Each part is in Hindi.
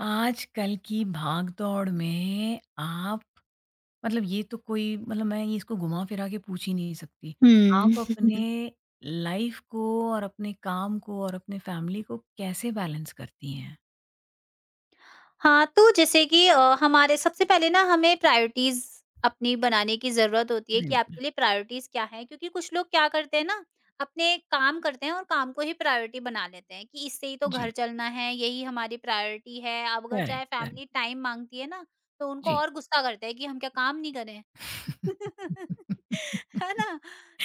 आजकल की भाग-दौड़ में आप मतलब ये तो कोई मतलब मैं ये इसको घुमा-फिरा के पूछ ही नहीं सकती। हुँ। आप अपने लाइफ़ को और अपने काम को और अपने फैमिली को कैसे बैलेंस करती हैं? हाँ, तो जैसे कि हमारे सबसे पहले ना हमें प्रायोरिटीज़ अपनी बनाने की ज़रूरत होती है कि बिल्कुल। आपके लिए प्रायोरिटीज़ क्या हैं? क्योंकि कुछ लोग क्या करते हैं ना, अपने काम करते हैं और काम को ही प्रायोरिटी बना लेते हैं कि इससे ही तो घर जी। चलना है, यही हमारी प्रायोरिटी है। अब अगर करेक्ट, चाहे करेक्ट। फैमिली टाइम माँगती है ना, तो उनको जी। और गुस्सा करते हैं कि हम क्या काम नहीं करें? है ना?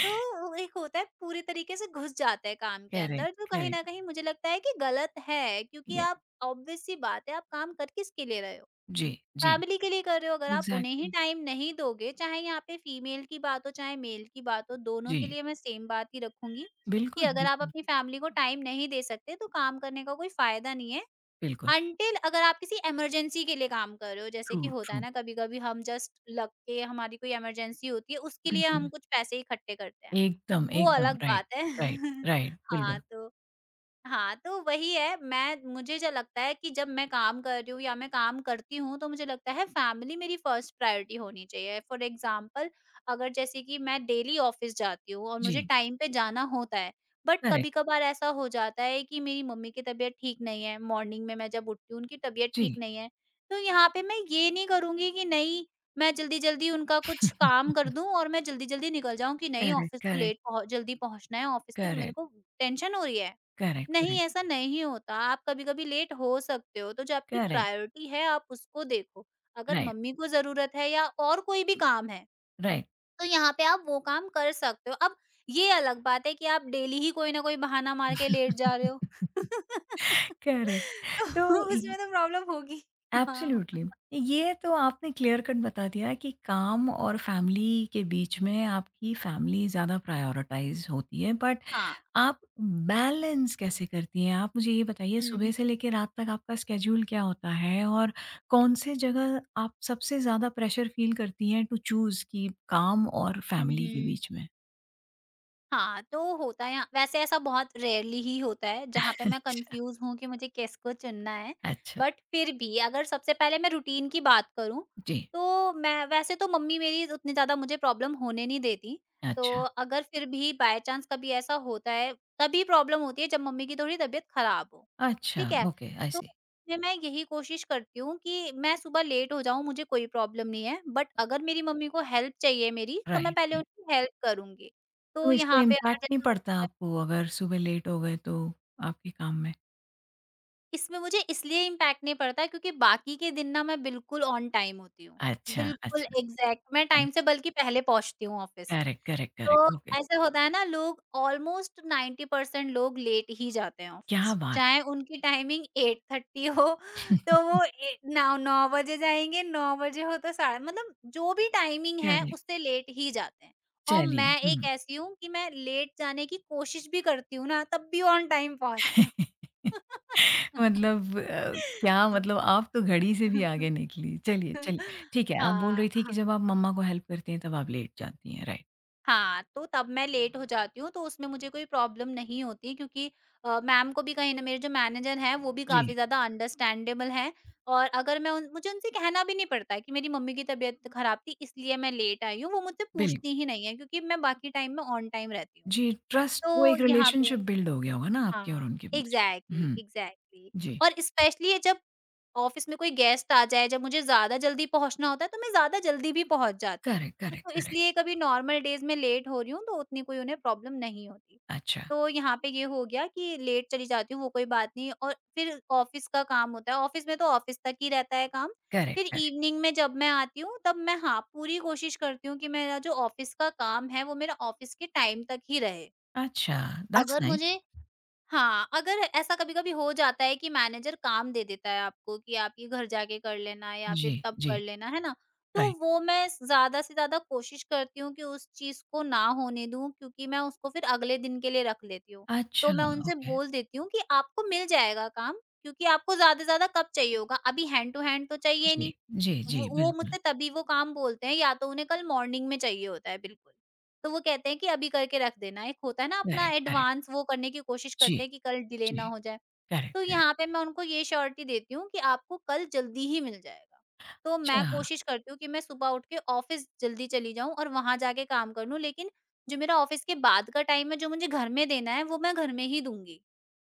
तो एक होता है पूरे तरीके से घुस जाते हैं काम के करेक्ट, अंदर, तो कहीं करेक्ट। न कहीं मुझे लगता है कि गलत है, क्योंकि ये आप ऑब्वियस सी बात है, आप काम कर किसके लिए रहे हो? जी, जी। फैमिली के लिए कर रहे हो। अगर आप उन्हें ही एग्ज़ैक्टली। टाइम नहीं दोगे, चाहे यहाँ पे फीमेल की बात हो चाहे मेल की बात हो, दोनों जी। के लिए मैं सेम बात ही रखूँगी कि बिल्कुल, अगर आप बिल्कुल, अपनी फैमिली को टाइम नहीं दे सकते तो काम करने का कोई फ़ायदा नहीं है। बिल्कुल। अंटिल, अगर आप किसी इमरजेंसी के लिए काम कर रहे हो, जैसे ट्रू, कि होता है ट्रू। ना कभी-कभी, हम जस्ट लग के हमारी कोई इमरजेंसी होती है, उसके लिए हम बिल्कुल। कुछ पैसे इकट्ठे करते हैं, एकदम, वो एकदम। अलग राइट, बात है। Right, right. हाँ, बिल्कुल। तो वही है। मैं मुझे जो लगता है कि जब मैं काम कर रही हूँ या मैं काम करती हूँ, तो मुझे लगता है फैमिली मेरी फर्स्ट प्रायोरिटी होनी चाहिए। फॉर एग्ज़ाम्पल, अगर जैसे कि मैं डेली ऑफ़िस जाती हूँ और मुझे जी। टाइम पे जाना होता है, बट करेक्ट। कभी-कभार ऐसा हो जाता है कि मेरी मम्मी की तबीयत ठीक नहीं है। मॉर्निंग में मैं जब उठती हूँ उनकी तबीयत ठीक जी। नहीं है। तो यहाँ पे मैं ये नहीं करूँगी कि नहीं, मैं जल्दी-जल्दी उनका कुछ काम कर दूँ और मैं जल्दी-जल्दी निकल जाऊँ कि नहीं, करेक्ट, ऑफ़िस तो करेक्ट, लेट पहुँ जल्दी पहुँचना है ऑफ़िस से, मेरे करेक्ट, को टेंशन हो रही है। करेक्ट, नहीं, करेक्ट, ऐसा नहीं होता। आप कभी-कभी लेट हो सकते हो, तो जो आपकी करेक्ट, प्रायोरिटी है, आप उसको देखो। अगर राइट, मम्मी को ज़रूरत है या और कोई भी काम है, राइट। तो यहाँ पे आप वो काम कर सकते हो। अब ये अलग बात है कि आप डेली ही कोई ना कोई बहाना मार के लेट जा रहे हो। करेक्ट। तो तो ये उसमें तो प्रॉब्लम होगी। हाँ। एब्सोल्युटली। ये तो आपने क्लियर कट बता दिया कि काम और फैमिली के बीच में आपकी फैमिली ज़्यादा प्रायोरिटाइज़ होती है, बट हाँ। आप बैलेंस कैसे करती हैं? आप मुझे ये बताइए हुँ, हुँ। सुबह से लेके रात तक आपका स्केड्यूल क्या होता है? और कौन से जगह आप सबसे ज़्यादा प्रेशर फ़ील करती हैं टू चूज़ कि काम और हुँ, फैमिली के हुँ। बीच में? हाँ, तो होता है यहाँ। वैसे ऐसा बहुत रेयरली ही होता है जहाँ पे मैं अच्छा, कन्फ्यूज़ हूँ कि मुझे किसको चुनना है। अच्छा, बट फिर भी अगर सबसे पहले मैं रूटीन की बात करूँ, जी, तो मैं वैसे तो मम्मी मेरी उतनी ज़्यादा मुझे प्रॉब्लम होने नहीं देती। अच्छा, तो अगर फिर भी बाय चांस कभी ऐसा होता है, तभी प्रॉब्लम होती है जब मम्मी की थोड़ी तबीयत खराब हो, अच्छा, ठीक है? ओके, आई तो सी, फिर मैं यही कोशिश करती हूँ कि मैं सुबह लेट हो जाऊँ, मुझे कोई प्रॉब्लम नहीं है, बट अगर मेरी मम्मी को हेल्प चाहिए मेरी, तो मैं राइट, पहले राइट। उनकी हेल्प करूँगी। तो तो इससे यहाँ पे अगर इम्पैक्ट नहीं जैसे हो पड़ता सकता है, आपको अगर सुबह लेट हो गए तो आपके काम में? इसमें मुझे इसलिए इम्पैक्ट नहीं पड़ता है क्योंकि बाकी के दिन ना मैं बिल्कुल ऑन टाइम होती हूँ। अच्छा, बिल्कुल अच्छा, एग्ज़ैक्ट मैं टाइम से, अच्छा, बल्कि पहले पहुँचती हूँ ऑफ़िस। करेक्ट, करेक्ट, तो करेक्ट, ओके, ऐसा होता है ना, लोग ऑलमोस्ट 90% लोग लेट ही जाते हैं क्या ऑफिस। बात! चाहे उनकी टाइमिंग 8:30 हो तो वो ए 9 9 बजे जाएँगे, 9 बजे हो तो साढ़े, मतलब जो भी टाइमिंग है करेक्ट, उससे लेट ही जाते हैं। और चलिए, मैं एक हुँ। ऐसी हूँ कि मैं लेट जाने की कोशिश भी करती हूँ ना, तब भी ऑन टाइम पहुँचती हूँ। मतलब क्या मतलब आप तो घड़ी से भी आगे निकली। चलिए, चलिए, ठीक है, आप बोल रही हाँ, थी कि हाँ। जब आप मम्मा को हेल्प करती हैं तब आप लेट जाती हैं, राइट? हाँ, तो तब मैं लेट हो जाती हूँ, तो उसमें मुझे कोई प्रॉब्लम नहीं होती क्योंकि मैम को भी कहीं न, मेरे जो मैनेजर हैं, वो भी काफ़ी जी, ज़्यादा अंडरस्टैंडेबल हैं। और अगर मैं उन मुझे उनसे कहना भी नहीं पड़ता है कि मेरी मम्मी की तबीयत खराब थी, इसलिए मैं लेट आई हूँ। वो मुझसे बिल्कुल। पूछती ही नहीं है क्योंकि मैं बाकी टाइम में ऑन टाइम रहती हूँ। जी, ट्रस्ट वो तो एक यहाँ पे रिलेशनशिप बिल्ड हो गया होगा ना आपके और हाँ, उनके बीच में। एग्ज़ैक्टली, हुँ, एग्ज़ैक्टली। जी। और स्पेशली ये जब ऑफ़िस में कोई गेस्ट आ जाए, जब मुझे ज़्यादा जल्दी पहुँचना होता है, तो मैं ज़्यादा जल्दी भी पहुँच जाती हूँ। करेक्ट, करेक्ट, तो करेक्ट। इसलिए कभी नॉर्मल डेज़ में लेट हो रही हूँ, तो उतनी कोई उन्हें प्रॉब्लम नहीं होती। अच्छा, तो यहाँ पे ये हो गया कि लेट चली जाती हूँ, वो कोई बात नहीं, और फिर ऑफ़िस का काम होता है, ऑफ़िस में तो ऑफ़िस तक ही रहता है काम। करेक्ट, फिर करेक्ट। इवनिंग में जब मैं आती हूँ, तब मैं, हाँ, पूरी कोशिश करती हूँ कि मेरा जो ऑफ़िस का काम है, वो मेरा ऑफ़िस के टाइम तक ही रहे। अच्छा, दैट्स अगर नाइस। मुझे, हाँ, अगर ऐसा कभी-कभी हो जाता है कि मैनेजर काम दे देता है आपको कि आप ये घर जाके कर लेना या जी, फिर तब कर जी, लेना, है ना? तो राइट। वो मैं ज़्यादा से ज़्यादा कोशिश करती हूँ कि उस चीज़ को ना होने दूँ क्योंकि मैं उसको फिर अगले दिन के लिए रख लेती हूँ। तो अच्छा, मैं उनसे ओके। बोल देती हूँ कि आपको मिल जाएगा काम, क्योंकि आपको ज़्यादा से ज़्यादा कब चाहिए होगा? अभी हैंड टू हैंड तो चाहिए जी, नहीं। जी, जी, वो बिल्कुल। मुझसे तभी वो काम बोलते हैं या तो उन्हें कल मॉर्निंग में चाहिए होता है बिल्कुल। तो वो कहते हैं कि अभी करके रख देना। एक होता है ना, अपना करेक्ट, करेक्ट। एडवांस वो करने की कोशिश जी, करते हैं कि कल डिले ना जी, हो जाए। करेक्ट, तो करेक्ट। यहाँ पे मैं उनको ये श्योरिटी देती हूँ कि आपको कल जल्दी ही मिल जाएगा। तो मैं अच्छा, कोशिश करती हूँ कि मैं सुबह उठ के ऑफ़िस जल्दी चली जाऊँ और वहाँ जाके काम कर लूँ। लेकिन जो मेरा ऑफ़िस के बाद का टाइम है जो मुझे घर में देना है, वो मैं घर में ही दूँगी,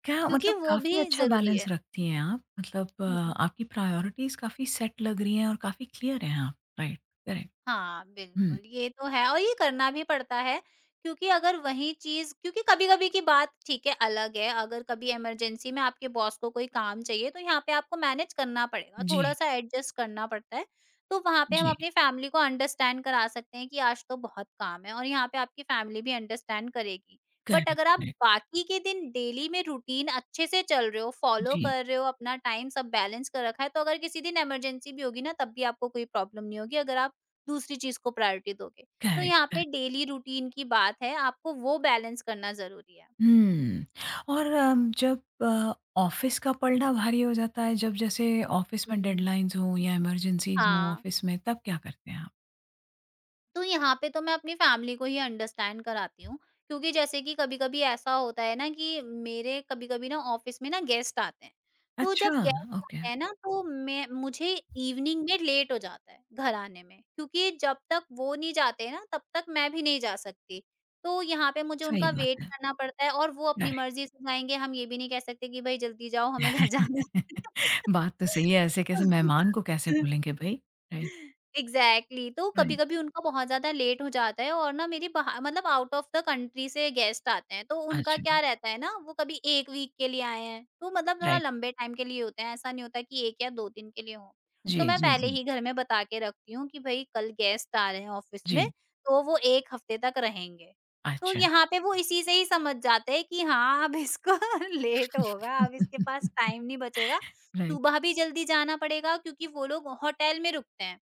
क्या क्योंकि मतलब वो काफ़ी भी अच्छा ज़रूरी बैलेंस है। रखती हैं आप। मतलब हुँ, हुँ। आपकी प्रायोरिटीज़ काफ़ी सेट लग रही हैं और काफ़ी क्लियर हैं आप। Right, correct. हाँ, हुँ, बिल्कुल, ये तो है और ये करना भी पड़ता है क्योंकि अगर वही चीज़, क्योंकि कभी-कभी की बात ठीक है, अलग है, अगर कभी इमरजेंसी में आपके बॉस को कोई काम चाहिए, तो यहाँ पे आपको मैनेज करना पड़ेगा, जी, थोड़ा-सा एडजस्ट करना पड़ता है। तो वहाँ पे हम जी। अपनी फैमिली को अंडरस्टैंड करा सकते हैं कि आज तो बहुत काम है, और यहाँ पे आपकी फैमिली भी अंडरस्टैंड करेगी। बट करेक्ट, अगर आप करेक्ट। बाकी के दिन डेली में रूटीन अच्छे से चल रहे हो, फॉलो जी, कर रहे हो, अपना टाइम सब बैलेंस कर रखा है, तो अगर किसी दिन इमरजेंसी भी होगी ना, तब भी आपको कोई प्रॉब्लम नहीं होगी, अगर आप दूसरी चीज़ को प्रायोरिटी दोगे। तो करेक्ट, यहाँ पे करेक्ट। डेली रूटीन की बात है, आपको वो बैलेंस करना ज़रूरी है। हुँ। और जब ऑफ़िस का पलड़ा भारी हो जाता है, जब जैसे ऑफ़िस में हुँ। डेडलाइन्स हों या इमरजेंसीज़ हों हाँ, ऑफ़िस में, तब क्या करते हैं आप? तो यहाँ पे तो मैं अपनी फैमिली को ही अंडरस्टैंड कराती हूँ, क्योंकि जैसे कि कभी-कभी ऐसा होता है ना कि मेरे, कभी-कभी ना ऑफिस में ना गेस्ट आते हैं। तो अच्छा, जब गेस्ट ओके, आते हैं ना, तो मैं मुझे इवनिंग में लेट हो जाता है घर आने में क्योंकि जब तक वो नहीं जाते ना, तब तक मैं भी नहीं जा सकती। तो यहाँ पे मुझे सही उनका बात वेट है। करना पड़ता है और वो अपनी करेक्ट। मर्ज़ी से जाएँगे, हम ये भी नहीं कह सकते कि भई जल्दी जाओ हमें घर जाना बात तो सही है, ऐसे कैसे मेहमान को कैसे है। भूलेंगे भई? Right, exactly exactly। तो कभी राइट। कभी उनका बहुत ज्यादा लेट हो जाता है, और ना, मेरी बाहर, मतलब आउट ऑफ द कंट्री से गेस्ट आते हैं, तो उनका अच्छा, क्या रहता है ना, वो कभी 1 वीक के लिए आए हैं, तो मतलब थोड़ा राइट। लंबे टाइम के लिए होते हैं, ऐसा नहीं होता कि 1 या 2 दिन के लिए हो। तो जी, मैं जी, पहले जी। ही घर में बता के रखती हूँ कि भाई कल गेस्ट आ रहे हैं ऑफिस में, जी, तो वो 1 हफ्ते तक रहेंगे। तो अच्छा। यहाँ पे वो इसी से ही समझ जाते हैं कि हाँ, अब इसको लेट होगा, अब इसके पास टाइम नहीं बचेगा, राइट, सुबह भी जल्दी जाना पड़ेगा, क्योंकि वो लोग होटल में रुकते हैं।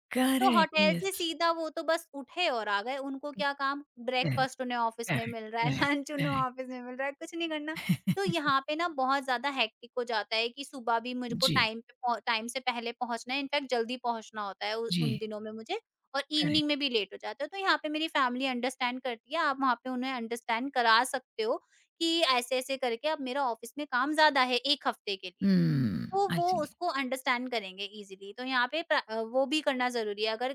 तो करेक्ट, होटल से यस, सीधा वो तो बस उठे और आ गए, उनको क्या काम? यस, ब्रेकफ़ास्ट उन्हें ऑफ़िस में करेक्ट, मिल रहा है, करेक्ट, लंच उन्हें करेक्ट। ऑफ़िस में मिल रहा है, कुछ नहीं करना। तो यहाँ पे ना बहुत ज़्यादा हेक्टिक हो जाता है कि सुबह भी मुझको जी, टाइम से पहले पहुँचना है, इनफैक्ट जल्दी पहुँचना होता है उ उन जी, दिनों में मुझे और इवनिंग करेक्ट। में भी लेट हो जाते हो। तो यहाँ पे मेरी फैमिली अंडरस्टैंड करती है, आप वहाँ पे उन्हें अंडरस्टैंड करा सकते हो कि ऐसे-ऐसे करके अब मेरा ऑफ़िस में काम ज़्यादा है एक हफ़्ते के लिए। हुँ, तो आई वो सी। उसको अंडरस्टैंड करेंगे इजीली। तो यहाँ पे वो भी करना ज़रूरी है। अगर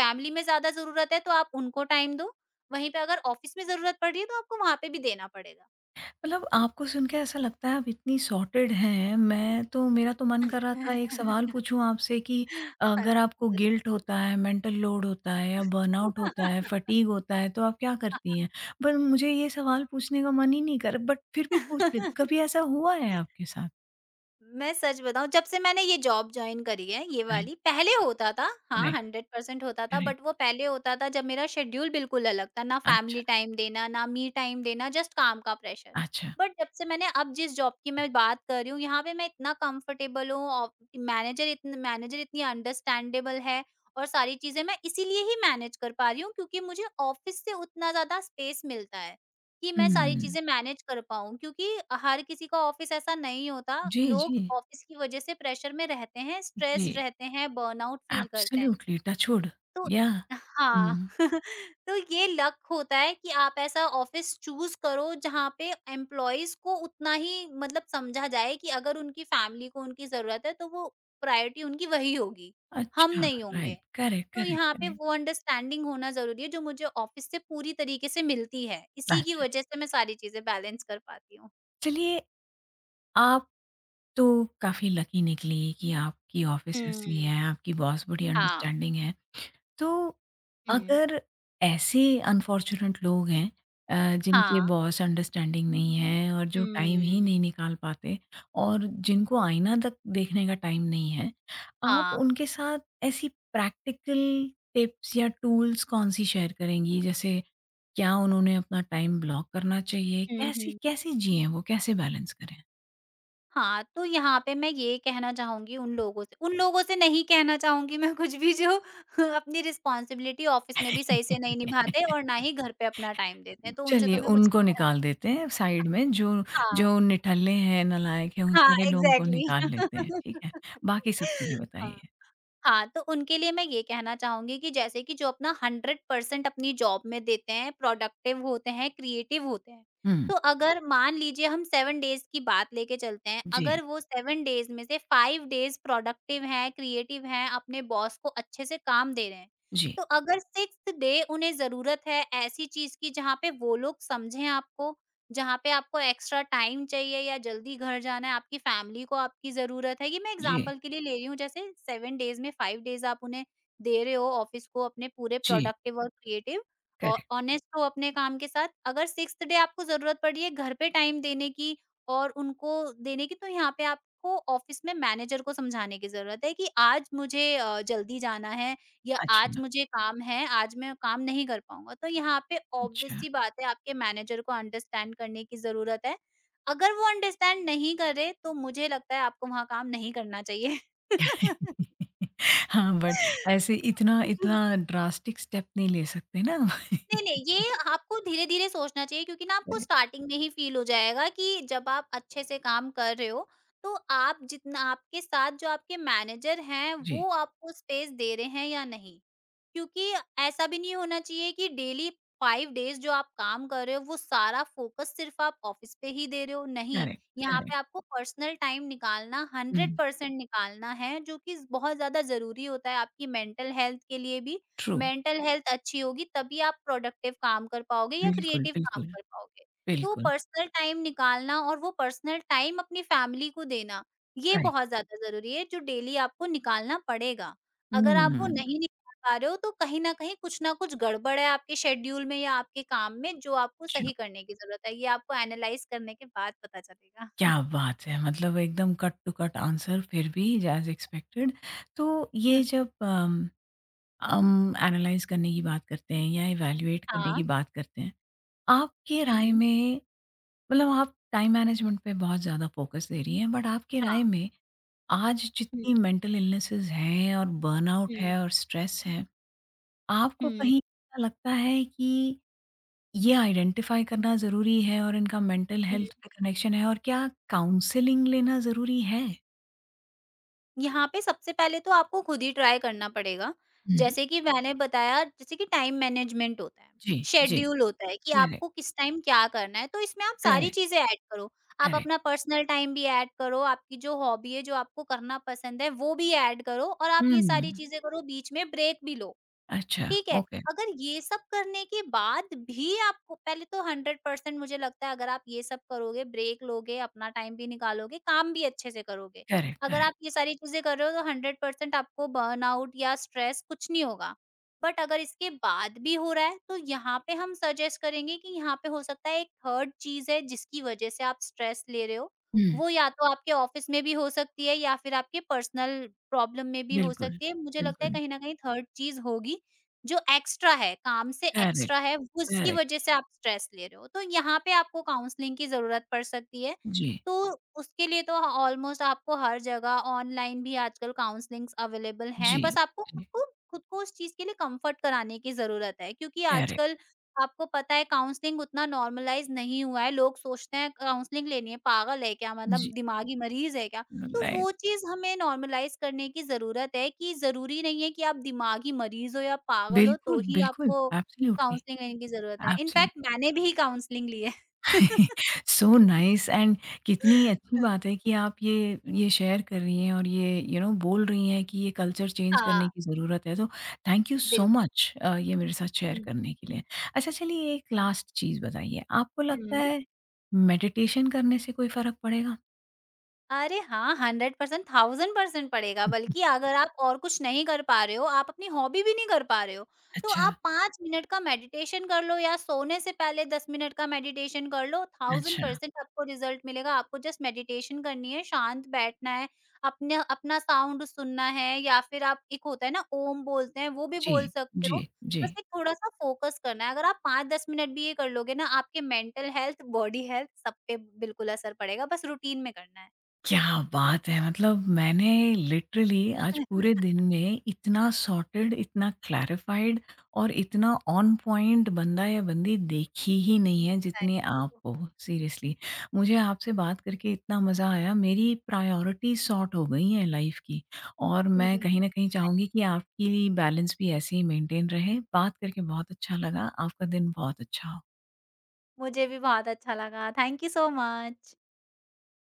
फैमिली में ज़्यादा ज़रूरत है तो आप उनको टाइम दो, वहीं पे अगर ऑफ़िस में ज़रूरत पड़ रही है तो आपको वहाँ पे भी देना पड़ेगा। मतलब आपको सुन के ऐसा लगता है आप इतनी सॉर्टेड हैं, मैं तो मेरा तो मन कर रहा था एक सवाल पूछूँ आपसे कि हाँ अगर जी। आपको गिल्ट होता है, मेंटल लोड होता है या बर्नआउट होता है, फटीग होता है तो आप क्या करती हैं? पर मुझे ये सवाल पूछने का मन ही नहीं कर बट फिर भी पूछ लेती हूँ, कभी ऐसा हुआ है आपके साथ? मैं सच बताऊँ, जब से मैंने ये जॉब जॉइन करी है ये राइट, वाली, पहले होता था हाँ, राइट, 100% होता था। राइट। बट वो पहले होता था जब मेरा शेड्यूल बिल्कुल अलग था, ना अच्छा, फैमिली टाइम देना, ना मी टाइम देना, जस्ट काम का प्रेशर। अच्छा। बट जब से मैंने, अब जिस जॉब की मैं बात कर रही हूँ, यहाँ पे मैं इतना कंफर्टेबल हूँ औ मैनेजर इतनी अंडरस्टैंडेबल है और सारी चीज़ें मैं इसीलिए ही मैनेज कर पा रही हूँ क्योंकि मुझे ऑफ़िस से उतना ज़्यादा स्पेस मिलता है। कि मैं सारी हुँ। चीज़ें मैनेज कर पाऊँ, क्योंकि हर किसी का ऑफ़िस ऐसा नहीं होता। जी, लोग जी। ऑफ़िस की वज़ह से प्रेशर में रहते हैं, स्ट्रेस्ड जी, रहते हैं, बर्नआउट फ़ील करते हैं। Absolutely touch wood. तो या हाँ, हुँ। तो ये लक होता है कि आप ऐसा ऑफ़िस चूज़ करो जहाँ पे एम्प्लॉइज़ को उतना ही मतलब समझा जाए कि अगर उनकी फ़ैमिली को उनकी ज़रूरत है तो वो प्रायोरिटी उनकी वही होगी, हम अच्छा, नहीं राइट, होंगे। करेक्ट, तो करेक्ट, यहाँ पे करेक्ट। वो अंडरस्टैंडिंग होना ज़रूरी है, जो मुझे ऑफ़िस से पूरी तरीके से मिलती है। इसी की अच्छा, वज़ह से मैं सारी चीज़ें बैलेंस कर पाती हूँ। चलिए आप तो काफ़ी लकी निकली कि आपकी ऑफ़िस ऐसी हुँ। है, आपकी बॉस बड़ी हाँ। अंडरस्टैंडिंग है। तो हुँ। अगर ऐसे अनफ़ॉर्च्युनेट लोग हैं जिनके हाँ। बॉस अंडरस्टैंडिंग नहीं है और जो टाइम ही हुँ। नहीं निकाल पाते और जिनको आईना तक देखने का टाइम नहीं है, आप हाँ। उनके साथ ऐसी प्रैक्टिकल टिप्स या टूल्स कौन-सी शेयर करेंगी? जैसे क्या उन्होंने अपना टाइम ब्लॉक करना चाहिए? हुँ, कैसे हुँ। कैसे जिएँ वो? कैसे बैलेंस करें? हाँ, तो यहाँ पे मैं ये कहना चाहूँगी उन लोगों से, नहीं कहना चाहूँगी मैं कुछ भी जो अपनी रिस्पॉन्सिबिलिटी ऑफ़िस में भी सही से नहीं निभाते और ना ही घर पे अपना टाइम देते हैं, तो उनसे चलिए, तो मैं कुछ उनको नहीं कहना। निकाल देते हैं साइड में, जो हाँ, जो निठल्ले हैं, नालायक हैं, उन हाँ, सारे लोगों को एग्ज़ैक्टली, निकाल लेते हैं, ठीक है? बाकी सब चीज़ें हाँ। बताइए। हाँ, तो उनके लिए मैं ये कहना चाहूँगी कि जैसे कि जो अपना 100% अपनी जॉब में देते हैं, प्रोडक्टिव होते हैं, क्रिएटिव होते हैं। हुँ, तो अगर मान लीजिए हम 7 डेज़ की बात लेके चलते हैं, जी, अगर वो 7 डेज़ में से 5 डेज़ प्रोडक्टिव हैं, क्रिएटिव हैं, अपने बॉस को अच्छे से काम दे रहे हैं। जी, तो अगर 6th डे उन्हें ज़रूरत है ऐसी चीज़ की जहाँ पे वो लोग समझें आपको, जहाँ पे आपको एक्स्ट्रा टाइम चाहिए या जल्दी घर जाना है, आपकी फैमिली को आपकी ज़रूरत है। ये मैं जी, एग्ज़ाम्पल के लिए ले रही हूँ, जैसे 7 डेज़ में 5 डेज़ आप उन्हें दे रहे हो ऑफ़िस को अपने पूरे जी, प्रोडक्टिव और क्रिएटिव और करेक्ट, ऑनेस्ट हो अपने काम के साथ। अगर 6th डे आपको ज़रूरत पड़ रही है घर पे टाइम देने की और उनको देने की, तो यहाँ पे आपको ऑफ़िस में मैनेजर को समझाने की ज़रूरत है कि आज मुझे जल्दी जाना है या आज अच्छा, मुझे काम है, आज मैं काम नहीं कर पाऊँगा। तो यहाँ पे ऑब्वियस अच्छा। सी बात है, आपके मैनेजर को अंडरस्टैंड करने की ज़रूरत है। अगर वो अंडरस्टैंड नहीं करे तो मुझे लगता है आपको वहाँ काम नहीं करना चाहिए। हाँ, बट ऐसे इतना इतना ड्रास्टिक स्टेप नहीं ले सकते ना। नहीं, नहीं, ये आपको धीरे-धीरे सोचना चाहिए क्योंकि ना आपको करेक्ट, स्टार्टिंग में ही फ़ील हो जाएगा कि जब आप अच्छे से काम कर रहे हो, तो आप जितना आपके साथ जो आपके मैनेजर हैं, जी, वो आपको स्पेस दे रहे हैं या नहीं। क्योंकि ऐसा भी नहीं होना चाहिए कि डेली 5 डेज़ जो आप काम कर रहे हो, वो सारा फ़ोकस सिर्फ़ आप ऑफ़िस पे ही दे रहे हो, नहीं। करेक्ट, यहाँ पे करेक्ट, आपको पर्सनल टाइम निकालना हुँ, 100% निकालना है, जो कि बहुत ज़्यादा ज़रूरी होता है आपकी मेंटल हेल्थ के लिए भी। ट्रू, मेंटल हेल्थ अच्छी होगी, तभी आप प्रोडक्टिव काम कर पाओगे या बिल्कुल, क्रिएटिव बिल्कुल, काम कर पाओगे। तो बिल्कुल, पर्सनल टाइम निकालना और वो पर्सनल टाइम अपनी फैमिली को देना, ये राइट, बहुत ज़्यादा ज़रूरी है, जो डेली आपको निकालना पड़ेगा। अगर आप वो हुँ, नहीं नि पा रहे हो तो कहीं न कहीं कुछ ना कुछ गड़बड़ है आपके शेड्यूल में या आपके काम में, जो आपको सही करने की ज़रूरत है। ये आपको एनालाइज़ करने के बाद पता चलेगा। क्या बात है! मतलब एकदम कट टू कट आंसर फिर भी एज़ एक्सपेक्टेड। तो ये जब हम एनालाइज़ करने की बात करते हैं या इवैल्यूएट करने की हाँ। बात करते हैं, आपके राय हुँ। में मतलब आप टाइम मैनेजमेंट पे बहुत ज़्यादा फ़ोकस दे रही हैं, बट आपके हाँ। राय में आज हुँ, जितनी मेंटल इलनेसेस हैं और बर्नआउट हुँ, है और स्ट्रेस है, आपको हुँ, कहीं ऐसा लगता है कि ये आइडेंटिफ़ाई करना ज़रूरी है और इनका मेंटल हुँ। हेल्थ पे कनेक्शन है और क्या काउंसलिंग लेना ज़रूरी है? यहाँ पे सबसे पहले तो आपको खुद ही ट्राई करना पड़ेगा। हुँ। जैसे कि मैंने बताया, जैसे कि टाइम मैनेजमेंट होता है, जी, जी। शेड्यूल होता है कि करेक्ट, आपको किस टाइम क्या करना है, तो इसमें आप सारी करेक्ट, चीज़ें ऐड करो। आप करेक्ट। अपना पर्सनल टाइम भी ऐड करो, आपकी जो हॉबी है, जो आपको करना पसंद है, वो भी ऐड करो और आप ये सारी हुँ। चीज़ें करो, बीच में ब्रेक भी लो। अच्छा, ठीक है, ओके। अगर ये सब करने के बाद भी आपको, पहले तो 100% मुझे लगता है अगर आप ये सब करोगे, ब्रेक लोगे, अपना टाइम भी निकालोगे, काम भी अच्छे से करोगे। करेक्ट, अगर करेक्ट। आप ये सारी चीज़ें कर रहे हो तो 100% आपको बर्नआउट या स्ट्रेस कुछ नहीं होगा। बट अगर इसके बाद भी हो रहा है, तो यहाँ पे हम सजेस्ट करेंगे कि यहाँ पे हो सकता है एक थर्ड चीज़ है जिसकी वजह से आप स्ट्रेस ले रहे हो। हुँ, वो या तो आपके ऑफ़िस में भी हो सकती है या फिर आपके पर्सनल प्रॉब्लम में भी हो बिल्कुल, सकती है। मुझे लगता है बिल्कुल। कहीं न कहीं थर्ड चीज़ होगी, जो एक्स्ट्रा है, काम से करेक्ट, एक्स्ट्रा है, वो उसकी करेक्ट। वज़ह से आप स्ट्रेस ले रहे हो। तो यहाँ पे आपको काउंसलिंग की ज़रूरत पड़ सकती है। जी, तो उसके लिए तो ऑलमोस्ट आपको हर जगह ऑनलाइन भी आजकल काउंसलिंग्स अवेलेबल जी, हैं। बस आपको जी। खुद को उस चीज़ के लिए कम्फर्ट कराने की ज़रूरत है क्योंकि करेक्ट। आजकल आपको पता है, काउंसलिंग उतना नॉर्मलाइज़ नहीं हुआ है। लोग सोचते हैं काउंसलिंग लेनी है, पागल है क्या? मतलब जी, दिमागी मरीज़ है क्या? तो राइट। वो चीज़ हमें नॉर्मलाइज़ करने की ज़रूरत है कि ज़रूरी नहीं है कि आप दिमागी मरीज़ हो या पागल हो तो बिल्कुल, ही बिल्कुल। आपको एब्सोल्यूटली, काउंसलिंग लेने की ज़रूरत है। एब्सोल्यूट इनफैक्ट मैंने भी काउंसलिंग ली है। सो नाइस एंड कितनी अच्छी बात है कि आप ये शेयर कर रही हैं और ये यू you नो know, बोल रही हैं कि ये कल्चर चेंज करने हाँ, की ज़रूरत है तो थैंक यू सो बिल्कुल। मच ये मेरे साथ शेयर हुँ, करने के लिए। अच्छा चलिए एक हाँ। लास्ट चीज़ बताइए आपको लगता हुँ। है मेडिटेशन करने से कोई फ़र्क पड़ेगा? अरे हाँ, 100% 1000% पड़ेगा, बल्कि अगर आप और कुछ नहीं कर पा रहे हो, आप अपनी हॉबी भी नहीं कर पा रहे हो, तो अच्छा, आप 5 मिनट का मेडिटेशन कर लो या सोने से पहले 10 मिनट का मेडिटेशन कर लो, अच्छा, 1000% आपको रिज़ल्ट मिलेगा। आपको जस्ट मेडिटेशन करनी है, शांत बैठना है, अपना अपना साउंड सुनना है या फिर आप, एक होता है ना ओम बोलते हैं, वो भी जी, बोल सकते जी, हो। जी। बस एक थोड़ा-सा फ़ोकस करना है। अगर आप 5-10 मिनट भी ये कर लोगे ना, आपके मेंटल हेल्थ, बॉडी हेल्थ सब पे बिल्कुल असर पड़ेगा, बस रूटीन में करना है। क्या बात है! मतलब मैंने लिटरली आज पूरे दिन में इतना सॉर्टेड, इतना क्लैरिफाइड और इतना ऑन पॉइंट बंदा या बंदी देखी ही नहीं है थैंक जितने आप हो, सीरियसली। मुझे आपसे बात करके इतना मज़ा आया, मेरी प्रायोरिटी सॉर्ट हो गई हैं लाइफ़ की और यू। मैं कहीं न कहीं चाहूँगी कि आपकी बैलेंस भी ऐसे ही मेंटेन रहे। बात करके बहुत अच्छा लगा, आपका दिन बहुत अच्छा हो। मुझे भी बहुत अच्छा लगा। Thank you so much.